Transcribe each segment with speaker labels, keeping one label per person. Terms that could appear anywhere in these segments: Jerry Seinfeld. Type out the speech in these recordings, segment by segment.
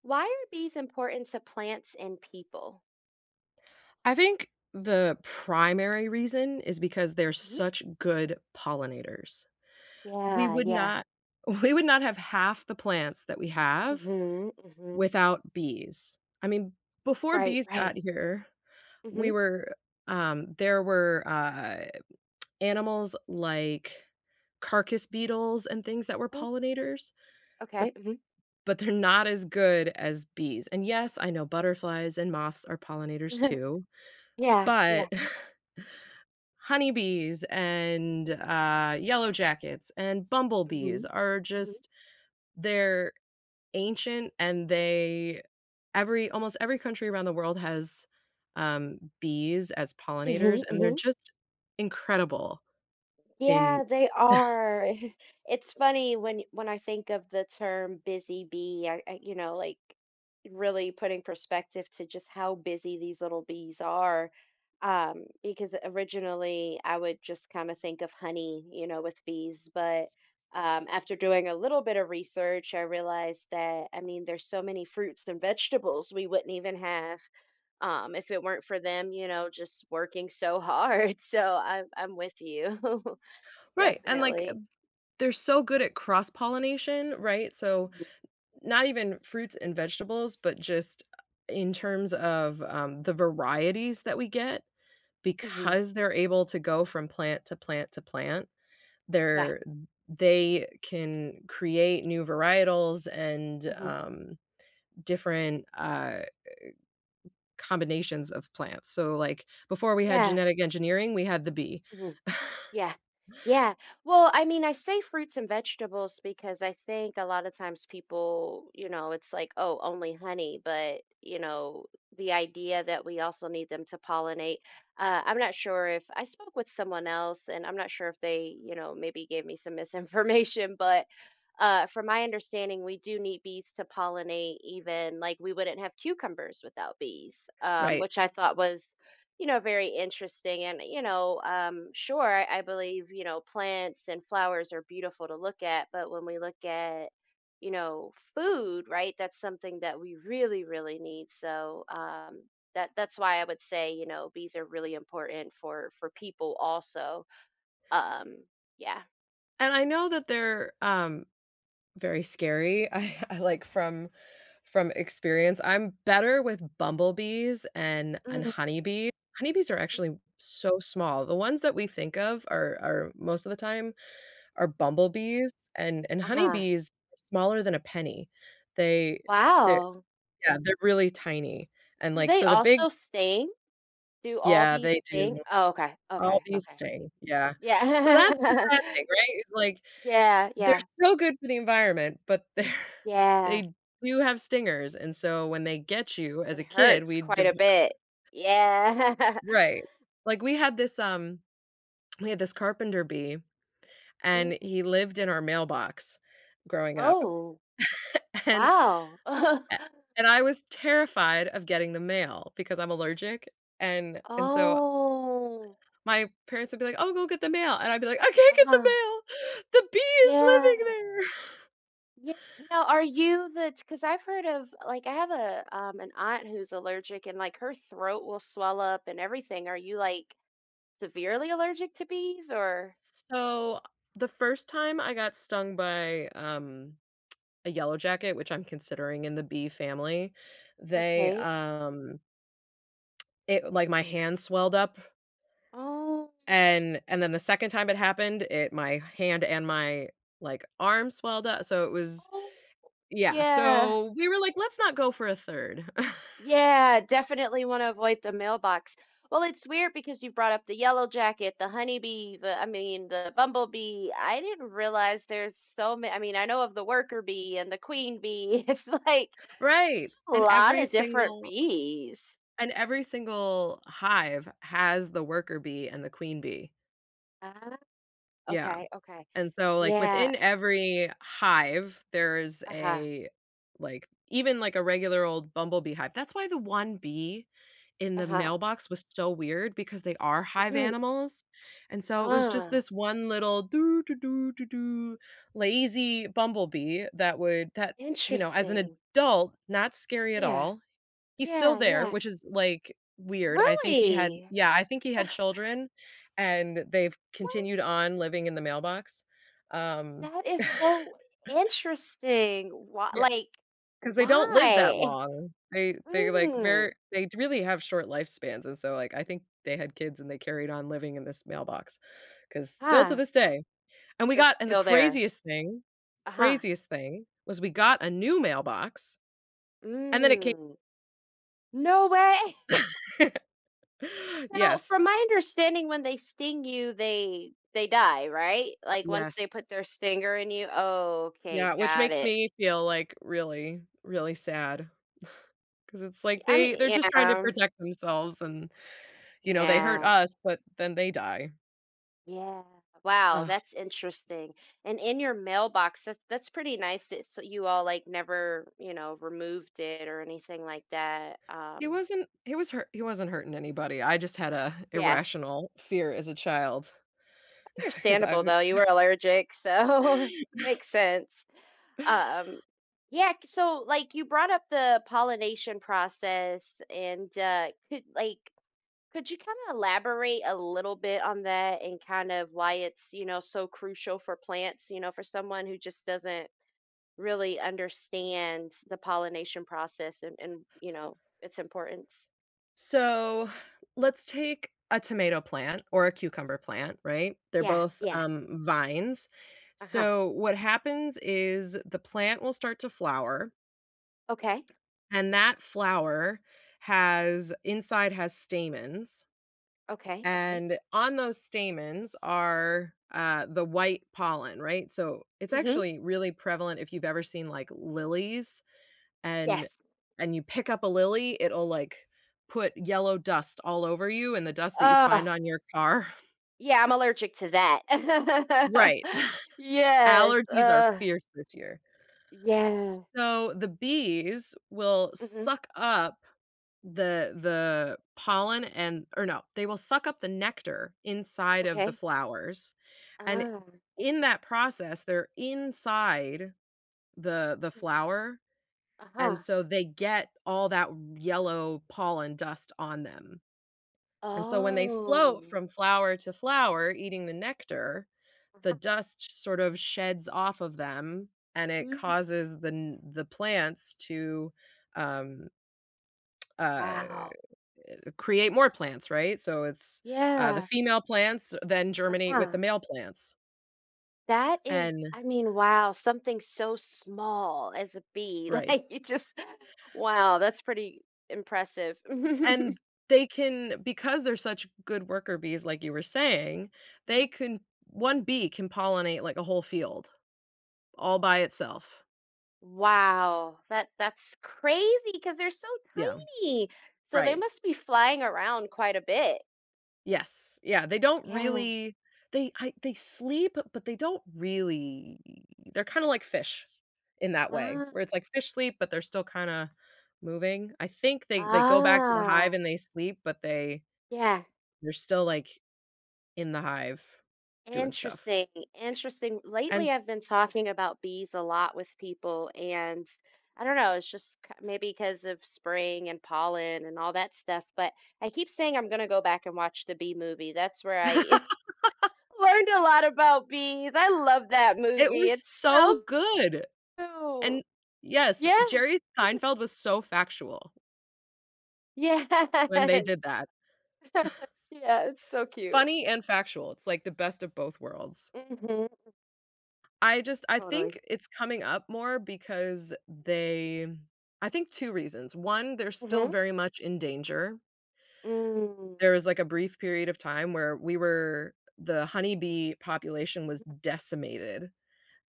Speaker 1: Why are bees important to plants and people?
Speaker 2: I think the primary reason is because they're
Speaker 1: Mhm.
Speaker 2: such good pollinators. We
Speaker 1: Yeah,
Speaker 2: would
Speaker 1: yeah.
Speaker 2: not We would not have half the plants that we have
Speaker 1: hmm hmm
Speaker 2: without bees. I mean, before
Speaker 1: Right,
Speaker 2: bees
Speaker 1: right.
Speaker 2: got here,
Speaker 1: hmm
Speaker 2: we were there were animals like carcass beetles and things that were pollinators, but
Speaker 1: Okay.
Speaker 2: they're not as good as bees. And yes, I know butterflies and moths are pollinators too,
Speaker 1: Yeah, yeah.
Speaker 2: but honeybees and yellow jackets and
Speaker 1: hmm
Speaker 2: bumblebees are
Speaker 1: hmm
Speaker 2: just they're ancient, and they every almost every country around the world has bees as
Speaker 1: hmm
Speaker 2: pollinators, and they're
Speaker 1: hmm
Speaker 2: just incredible in
Speaker 1: Yeah, they are. It's funny when I think of the term busy bee, I really putting perspective to just how busy these little bees are. Because originally I would just kind of think of honey, you know, with bees, but after doing a little bit of research, I realized that there's so many fruits and vegetables we wouldn't even have if it weren't for them, just working so hard. So I'm with you.
Speaker 2: right, and like,
Speaker 1: Definitely.
Speaker 2: they're so good at cross pollination, right? So
Speaker 1: Mhm.
Speaker 2: not even fruits and vegetables, but just in terms of the varieties that we get
Speaker 1: Mhm.
Speaker 2: because they're able to go from plant to plant to plant.
Speaker 1: Yeah.
Speaker 2: They're they can create new varietals and
Speaker 1: Mhm.
Speaker 2: different combinations of plants. So, like, before we had
Speaker 1: Yeah.
Speaker 2: genetic engineering, we had the bee,
Speaker 1: Mhm. Yeah. Yeah. Well, I say fruits and vegetables because I think a lot of times people, you know, it's like, oh, only honey, but, you know, the idea that we also need them to pollinate. I'm not sure if I spoke with someone else and I'm not sure if they, you know, maybe gave me some misinformation, but from my understanding, we do need bees to pollinate, even like we wouldn't have cucumbers without bees,
Speaker 2: right?
Speaker 1: which I thought was you know very interesting. And you know sure I believe, you know, plants and flowers are beautiful to look at, but when we look at, you know, food, right, that's something that we really need. So that's why I would say, you know, bees are really important for people also. um yeah.
Speaker 2: And I know that they're, very scary. I like, from experience, I'm better with bumblebees and
Speaker 1: Mm,
Speaker 2: honeybees. Honeybees are actually so small. The ones that we think of are most of the time are bumblebees, and
Speaker 1: uh-huh.
Speaker 2: honeybees are smaller than a penny. They they're
Speaker 1: Wow.
Speaker 2: yeah, they're really tiny, and,
Speaker 1: Do
Speaker 2: like,
Speaker 1: they
Speaker 2: so the big
Speaker 1: also sting? Do all
Speaker 2: yeah,
Speaker 1: bees
Speaker 2: they
Speaker 1: sting?
Speaker 2: do.
Speaker 1: Oh, okay,
Speaker 2: All
Speaker 1: okay,
Speaker 2: bees
Speaker 1: okay.
Speaker 2: sting, yeah. So that's the
Speaker 1: Yeah.
Speaker 2: sad thing, right? It's like,
Speaker 1: Yeah,
Speaker 2: they're
Speaker 1: yeah,
Speaker 2: so good for the environment, but they're
Speaker 1: yeah.
Speaker 2: they do have stingers, and so when they get you as
Speaker 1: It
Speaker 2: a kid,
Speaker 1: hurts
Speaker 2: we
Speaker 1: quite
Speaker 2: dev
Speaker 1: a bit. Yeah.
Speaker 2: right. Like, we had this carpenter bee, and
Speaker 1: Mm.
Speaker 2: he lived in our mailbox growing up,
Speaker 1: Oh,
Speaker 2: and
Speaker 1: wow.
Speaker 2: A and I was terrified of getting the mail because I'm allergic, and so
Speaker 1: Oh,
Speaker 2: my parents would be like, "Oh, go get the mail," and I'd be like, "I can't get the
Speaker 1: uh-huh.
Speaker 2: mail. The bee is living
Speaker 1: Yeah.
Speaker 2: there."
Speaker 1: Yeah. Now, are you the because I've heard of like I have a an aunt who's allergic and like her throat will swell up and everything. Are you like severely allergic to bees or
Speaker 2: So, the first time I got stung by, a yellow jacket, which I'm considering in the bee family, they,
Speaker 1: okay.
Speaker 2: um it, like, my hand swelled up,
Speaker 1: Oh,
Speaker 2: and then the second time it happened, it my hand and my, like, arm swelled up, so it was
Speaker 1: oh,
Speaker 2: Yeah
Speaker 1: yeah.
Speaker 2: so we were like, "Let's not go for a third."
Speaker 1: Yeah, definitely want to avoid the mailbox. Well, it's weird because you brought up the yellow jacket, the honeybee, the the bumblebee. I didn't realize there's so many. I mean, I know of the worker bee and the queen bee. It's like
Speaker 2: Right,
Speaker 1: there's a lot of different bees.
Speaker 2: and every single hive has the worker bee and the queen bee.
Speaker 1: Ah,
Speaker 2: Yeah.
Speaker 1: okay, okay.
Speaker 2: And so, like,
Speaker 1: Yeah.
Speaker 2: within every hive, there's
Speaker 1: Uh-huh.
Speaker 2: a, even like a regular old bumblebee hive. That's why the one bee in the
Speaker 1: Uh-huh.
Speaker 2: mailbox was so weird, because they are hive
Speaker 1: hmm
Speaker 2: animals. And so it was just
Speaker 1: Ah,
Speaker 2: this one little doo doo doo doo doo lazy bumblebee that would that, you know, as an
Speaker 1: interesting.
Speaker 2: adult, not scary at
Speaker 1: Yeah.
Speaker 2: all. He's still
Speaker 1: Yeah,
Speaker 2: there,
Speaker 1: yeah.
Speaker 2: which is, like, weird. I think he had
Speaker 1: Really?
Speaker 2: yeah, I think he
Speaker 1: Uh,
Speaker 2: had children, and they've
Speaker 1: what?
Speaker 2: continued on living in the mailbox. Um,
Speaker 1: That is so interesting. Why
Speaker 2: yeah,
Speaker 1: like,
Speaker 2: because they don't live that
Speaker 1: why?
Speaker 2: long. They, like,
Speaker 1: Mm,
Speaker 2: very. They really have short lifespans, and so, like, I think they had kids and they carried on living in this mailbox. Because still to
Speaker 1: ah,
Speaker 2: this day and we
Speaker 1: they're
Speaker 2: got and the
Speaker 1: still there. Uh-huh.
Speaker 2: craziest thing was we got a new mailbox, and then it came
Speaker 1: Mm, no way. Now, from
Speaker 2: Yes.
Speaker 1: my understanding, when they sting you, they die, right? Like, once they
Speaker 2: Yes.
Speaker 1: put their stinger in you? Oh, okay,
Speaker 2: Yeah, which
Speaker 1: got
Speaker 2: makes
Speaker 1: it.
Speaker 2: me feel, like, really, really sad because it's like
Speaker 1: I
Speaker 2: they're
Speaker 1: mean,
Speaker 2: just trying to
Speaker 1: yeah,
Speaker 2: protect themselves, and, you know, they hurt
Speaker 1: yeah.
Speaker 2: us, but then they die.
Speaker 1: Yeah. Wow,
Speaker 2: Ugh.
Speaker 1: that's interesting. And in your mailbox, that's pretty nice that so you all like never, you know, removed it or anything like that.
Speaker 2: He wasn't hurting anybody, I just had a
Speaker 1: Yeah,
Speaker 2: irrational fear as a child. Because I.
Speaker 1: understandable though. You were allergic, so makes sense. Um, yeah, so like you brought up the pollination process and could like could you kind of elaborate a little bit on that and kind of why it's, you know, so crucial for plants, you know, for someone who just doesn't really understand the pollination process and, you know its importance.
Speaker 2: So, let's take a tomato plant or a cucumber plant, right? They're
Speaker 1: Yeah,
Speaker 2: both,
Speaker 1: yeah.
Speaker 2: vines.
Speaker 1: Uh-huh.
Speaker 2: So, what happens is the plant will start to flower.
Speaker 1: Okay.
Speaker 2: And that flower has inside has stamens,
Speaker 1: Okay. Okay.
Speaker 2: and on those stamens are, the white pollen, right? So, it's
Speaker 1: Mm-hmm.
Speaker 2: actually really prevalent if you've ever seen, like, lilies, and
Speaker 1: Yes.
Speaker 2: you pick up a lily, it'll, like, put yellow dust all over you, and the dust that you
Speaker 1: Uh,
Speaker 2: find on your car.
Speaker 1: yeah, I'm allergic to that.
Speaker 2: Right.
Speaker 1: Yes.
Speaker 2: Allergies are
Speaker 1: Uh,
Speaker 2: fierce this year.
Speaker 1: yeah.
Speaker 2: So, the bees will
Speaker 1: Mm-hmm.
Speaker 2: suck up the pollen, and or no, they will suck up the nectar inside of the
Speaker 1: Okay.
Speaker 2: flowers, and
Speaker 1: Ah.
Speaker 2: in that process, they're inside the flower, and
Speaker 1: Uh-huh.
Speaker 2: so they get all that yellow pollen dust on them, and so when they float
Speaker 1: Oh.
Speaker 2: from flower to flower eating the nectar, the
Speaker 1: Uh-huh.
Speaker 2: dust sort of sheds off of them, and it
Speaker 1: Mm.
Speaker 2: causes the plants to, um, uh
Speaker 1: Wow.
Speaker 2: create more plants, right? So it's, the
Speaker 1: Yeah.
Speaker 2: female plants then germinate with
Speaker 1: Uh-huh.
Speaker 2: the male plants.
Speaker 1: That is
Speaker 2: And
Speaker 1: I mean, wow, something so small as a bee,
Speaker 2: right.
Speaker 1: like, you just wow, that's pretty impressive.
Speaker 2: And they can, because they're such good worker bees, like you were saying, they can 1 bee can pollinate, like, a whole field all by itself.
Speaker 1: Wow, that's crazy because 'cause they're so
Speaker 2: Yeah,
Speaker 1: tiny, so they
Speaker 2: right.
Speaker 1: must be flying around quite a bit.
Speaker 2: Yes. Yeah, they don't
Speaker 1: Yeah.
Speaker 2: really they sleep, but they don't really they're kinda like fish in that way,
Speaker 1: Ah.
Speaker 2: where it's like fish sleep, but they're still kinda moving. I think they go back to the
Speaker 1: Ah.
Speaker 2: hive and they sleep, but
Speaker 1: Yeah.
Speaker 2: they're still, like, in the hive doing stuff.
Speaker 1: Interesting, interesting.
Speaker 2: And
Speaker 1: Lately, I've
Speaker 2: s
Speaker 1: been talking about bees a lot with people, and I don't know, it's just maybe because of spring and pollen and all that stuff. But I keep saying I'm going to go back and watch the bee movie. That's where I learned a lot about bees. I love that
Speaker 2: It
Speaker 1: movie.
Speaker 2: was
Speaker 1: It's
Speaker 2: so
Speaker 1: so
Speaker 2: good.
Speaker 1: cool.
Speaker 2: And yes,
Speaker 1: Yeah,
Speaker 2: Jerry Seinfeld was so factual
Speaker 1: yeah,
Speaker 2: when they did that.
Speaker 1: yeah, it's so cute.
Speaker 2: Funny and factual. It's like the best of both worlds.
Speaker 1: hmm
Speaker 2: I just I
Speaker 1: Totally.
Speaker 2: think it's coming up more because they I think 2 reasons. One, they're still
Speaker 1: hmm
Speaker 2: very much in danger.
Speaker 1: Mm.
Speaker 2: There was, like, a brief period of time where we were the honeybee population was decimated,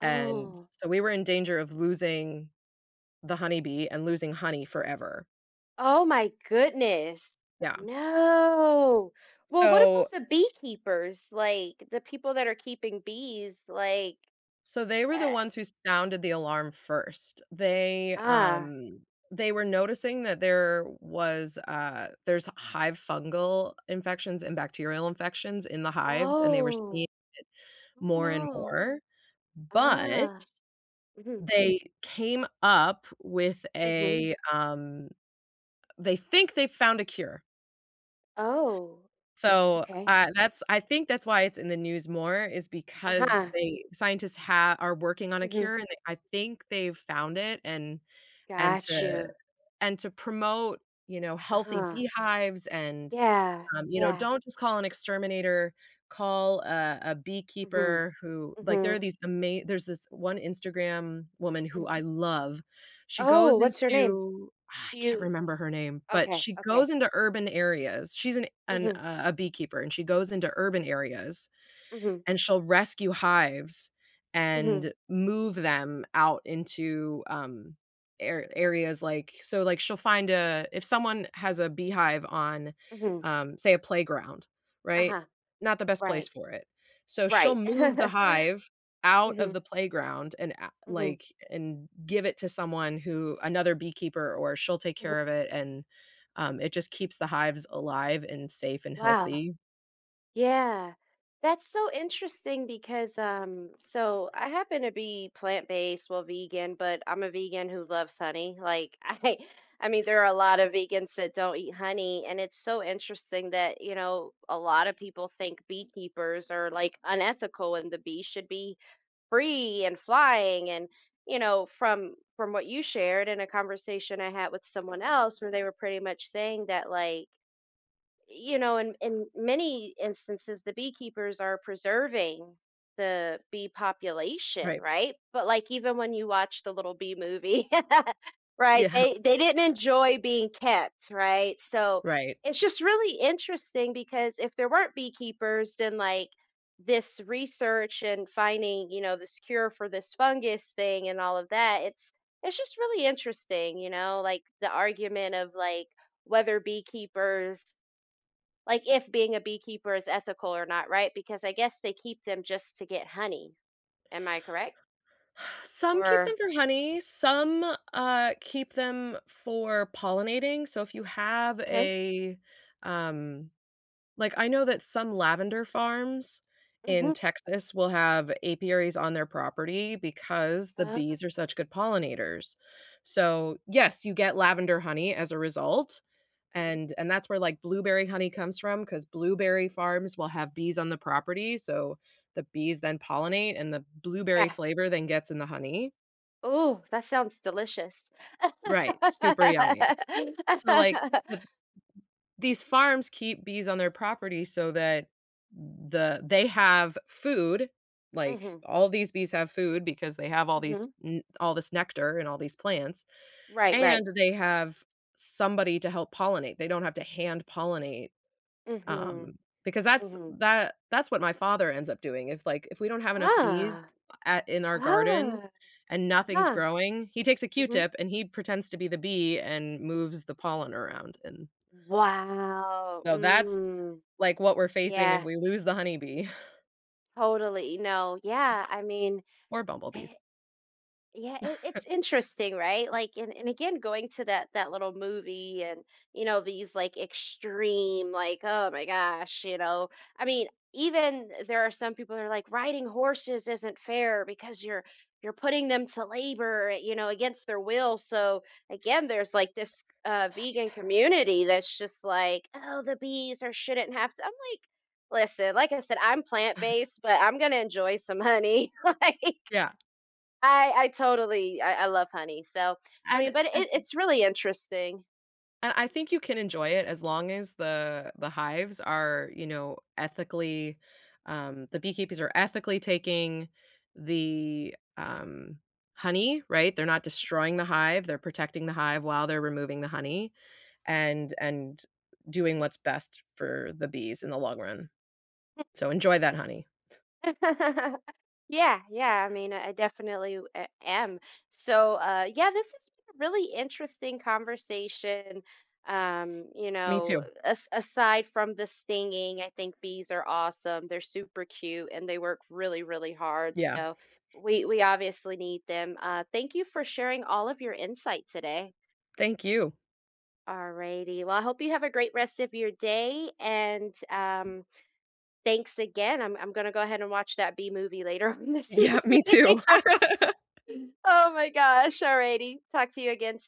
Speaker 2: and
Speaker 1: Oh.
Speaker 2: so we were in danger of losing the honeybee and losing honey forever.
Speaker 1: Oh my goodness.
Speaker 2: Yeah.
Speaker 1: No. Well, what
Speaker 2: So
Speaker 1: about the beekeepers? Like the people that are keeping bees, like
Speaker 2: So they were the
Speaker 1: uh,
Speaker 2: ones who sounded the alarm first.
Speaker 1: ah.
Speaker 2: They were noticing that there was there's hive fungal infections and bacterial infections in the hives, and they were
Speaker 1: Oh.
Speaker 2: seeing it
Speaker 1: Oh
Speaker 2: more and
Speaker 1: no.
Speaker 2: more. But
Speaker 1: Ah. Mhm.
Speaker 2: they came up with
Speaker 1: Mhm.
Speaker 2: a they think they found a cure.
Speaker 1: Oh.
Speaker 2: So
Speaker 1: Okay.
Speaker 2: that's I think that's why it's in the news more, is because
Speaker 1: Uh-huh.
Speaker 2: they scientists have are working on a
Speaker 1: Mhm.
Speaker 2: cure and they, I think they've found it, and and
Speaker 1: Got
Speaker 2: to
Speaker 1: you.
Speaker 2: and to promote, you know, healthy
Speaker 1: Uh-huh.
Speaker 2: beehives, and,
Speaker 1: Yeah.
Speaker 2: you know,
Speaker 1: Yeah.
Speaker 2: don't just call an exterminator, call a
Speaker 1: Mhm.
Speaker 2: beekeeper who like, there are
Speaker 1: Mhm.
Speaker 2: these amazing. There's this one Instagram woman who
Speaker 1: Mhm.
Speaker 2: I love. She
Speaker 1: Oh,
Speaker 2: goes
Speaker 1: what's your name?
Speaker 2: into I can't
Speaker 1: You
Speaker 2: remember her name, but
Speaker 1: okay.
Speaker 2: she
Speaker 1: Okay.
Speaker 2: goes into urban areas. She's
Speaker 1: Mhm.
Speaker 2: a beekeeper, and she goes into urban areas
Speaker 1: Mhm.
Speaker 2: and she'll rescue hives and
Speaker 1: Mhm.
Speaker 2: move them out into, ar areas like so, like, she'll find a if someone has a beehive on,
Speaker 1: Mhm.
Speaker 2: say, a playground, right?
Speaker 1: Uh-huh.
Speaker 2: Not the best place
Speaker 1: Right.
Speaker 2: for it. So she'll
Speaker 1: Right.
Speaker 2: move the hive out of
Speaker 1: Mhm,
Speaker 2: the playground, and a
Speaker 1: mhm,
Speaker 2: like, and give it to someone who another beekeeper or she'll take
Speaker 1: mhm.
Speaker 2: care of it, and, it just keeps the hives alive and safe and
Speaker 1: Wow.
Speaker 2: healthy.
Speaker 1: Yeah. That's so interesting because so I happen to be plant-based, well vegan, but I'm a vegan who loves honey. Like I I mean there are a lot of vegans that don't eat honey and it's so interesting that, you know, a lot of people think beekeepers are like unethical and the bees should be free and flying and you know from what you shared in a conversation I had with someone else where they were pretty much saying that like you know, in many instances, the beekeepers are preserving the bee population,
Speaker 2: Right.
Speaker 1: right? But like even when you watch the little bee movie, right?
Speaker 2: Yeah.
Speaker 1: They didn't enjoy being kept, right? So
Speaker 2: Right.
Speaker 1: it's just really interesting because if there weren't beekeepers, then like this research and finding, you know, this cure for this fungus thing and all of that, it's just really interesting, you know, like the argument of like whether beekeepers like if being a beekeeper is ethical or not, right? Because I guess they keep them just to get honey. Am I correct?
Speaker 2: Some keep them
Speaker 1: Or
Speaker 2: for honey, some, keep them for pollinating, so if you have
Speaker 1: okay.
Speaker 2: a, um like, I know that some lavender farms in
Speaker 1: hmm
Speaker 2: Texas will have apiaries on their property because the
Speaker 1: Uh,
Speaker 2: bees are such good pollinators. So, yes, you get lavender honey as a result,
Speaker 1: mhm.
Speaker 2: and that's where, like, blueberry honey comes from, because blueberry farms will have bees on the property, so the bees then pollinate and the blueberry
Speaker 1: Yeah.
Speaker 2: flavor then gets in the honey.
Speaker 1: Oh, that sounds delicious.
Speaker 2: Right, super yummy. So, like, but these farms keep bees on their property so that they have food, like,
Speaker 1: hmm
Speaker 2: all these bees have food because they have all these
Speaker 1: hmm
Speaker 2: n all this nectar and all these plants,
Speaker 1: Right, right.
Speaker 2: and they have somebody to help pollinate. They don't have to hand pollinate,
Speaker 1: hmm
Speaker 2: um, because that's
Speaker 1: hmm
Speaker 2: that's what my father ends up doing. If, like, if we don't have enough bees
Speaker 1: Ah,
Speaker 2: at in our garden
Speaker 1: ah,
Speaker 2: and nothing's
Speaker 1: uh-huh.
Speaker 2: growing, he takes a
Speaker 1: hmm
Speaker 2: Q-tip and he pretends to be the bee and moves the pollen around, and
Speaker 1: Wow.
Speaker 2: so that's,
Speaker 1: Mm,
Speaker 2: like, what we're facing if
Speaker 1: yeah,
Speaker 2: we lose the honeybee
Speaker 1: totally. No, yeah. I mean,
Speaker 2: or bumblebees.
Speaker 1: yeah, it's interesting, right? Like, and again, going to that little movie, and you know these like extreme, like, oh my gosh, you know. I mean, even there are some people that are like riding horses isn't fair because you're putting them to labor, you know, against their will. So again, there's like this vegan community that's just like, oh, the bees or shouldn't have to. I'm like, listen, like I said, I'm plant based, but I'm gonna enjoy some honey, like.
Speaker 2: Yeah,
Speaker 1: I I love honey. So I
Speaker 2: and
Speaker 1: mean, but
Speaker 2: as
Speaker 1: it's really interesting.
Speaker 2: and I think you can enjoy it as long as the hives are, you know, ethically the beekeepers are ethically taking the honey, right? They're not destroying the hive, they're protecting the hive while they're removing the honey, and doing what's best for the bees in the long run. So enjoy that honey.
Speaker 1: Yeah, yeah. I mean, I definitely am. So yeah, this has been a really interesting conversation. You
Speaker 2: Me
Speaker 1: know,
Speaker 2: too.
Speaker 1: aside from the stinging, I think bees are awesome. They're super cute and they work really hard.
Speaker 2: Yeah.
Speaker 1: So we obviously need them. Thank you for sharing all of your insight today.
Speaker 2: Thank you.
Speaker 1: Alrighty. Well, I hope you have a great rest of your day. And thanks again. I'm going to go ahead and watch that B movie later on this
Speaker 2: Yeah, me
Speaker 1: evening.
Speaker 2: too.
Speaker 1: Oh my gosh. Alrighty. Talk to you again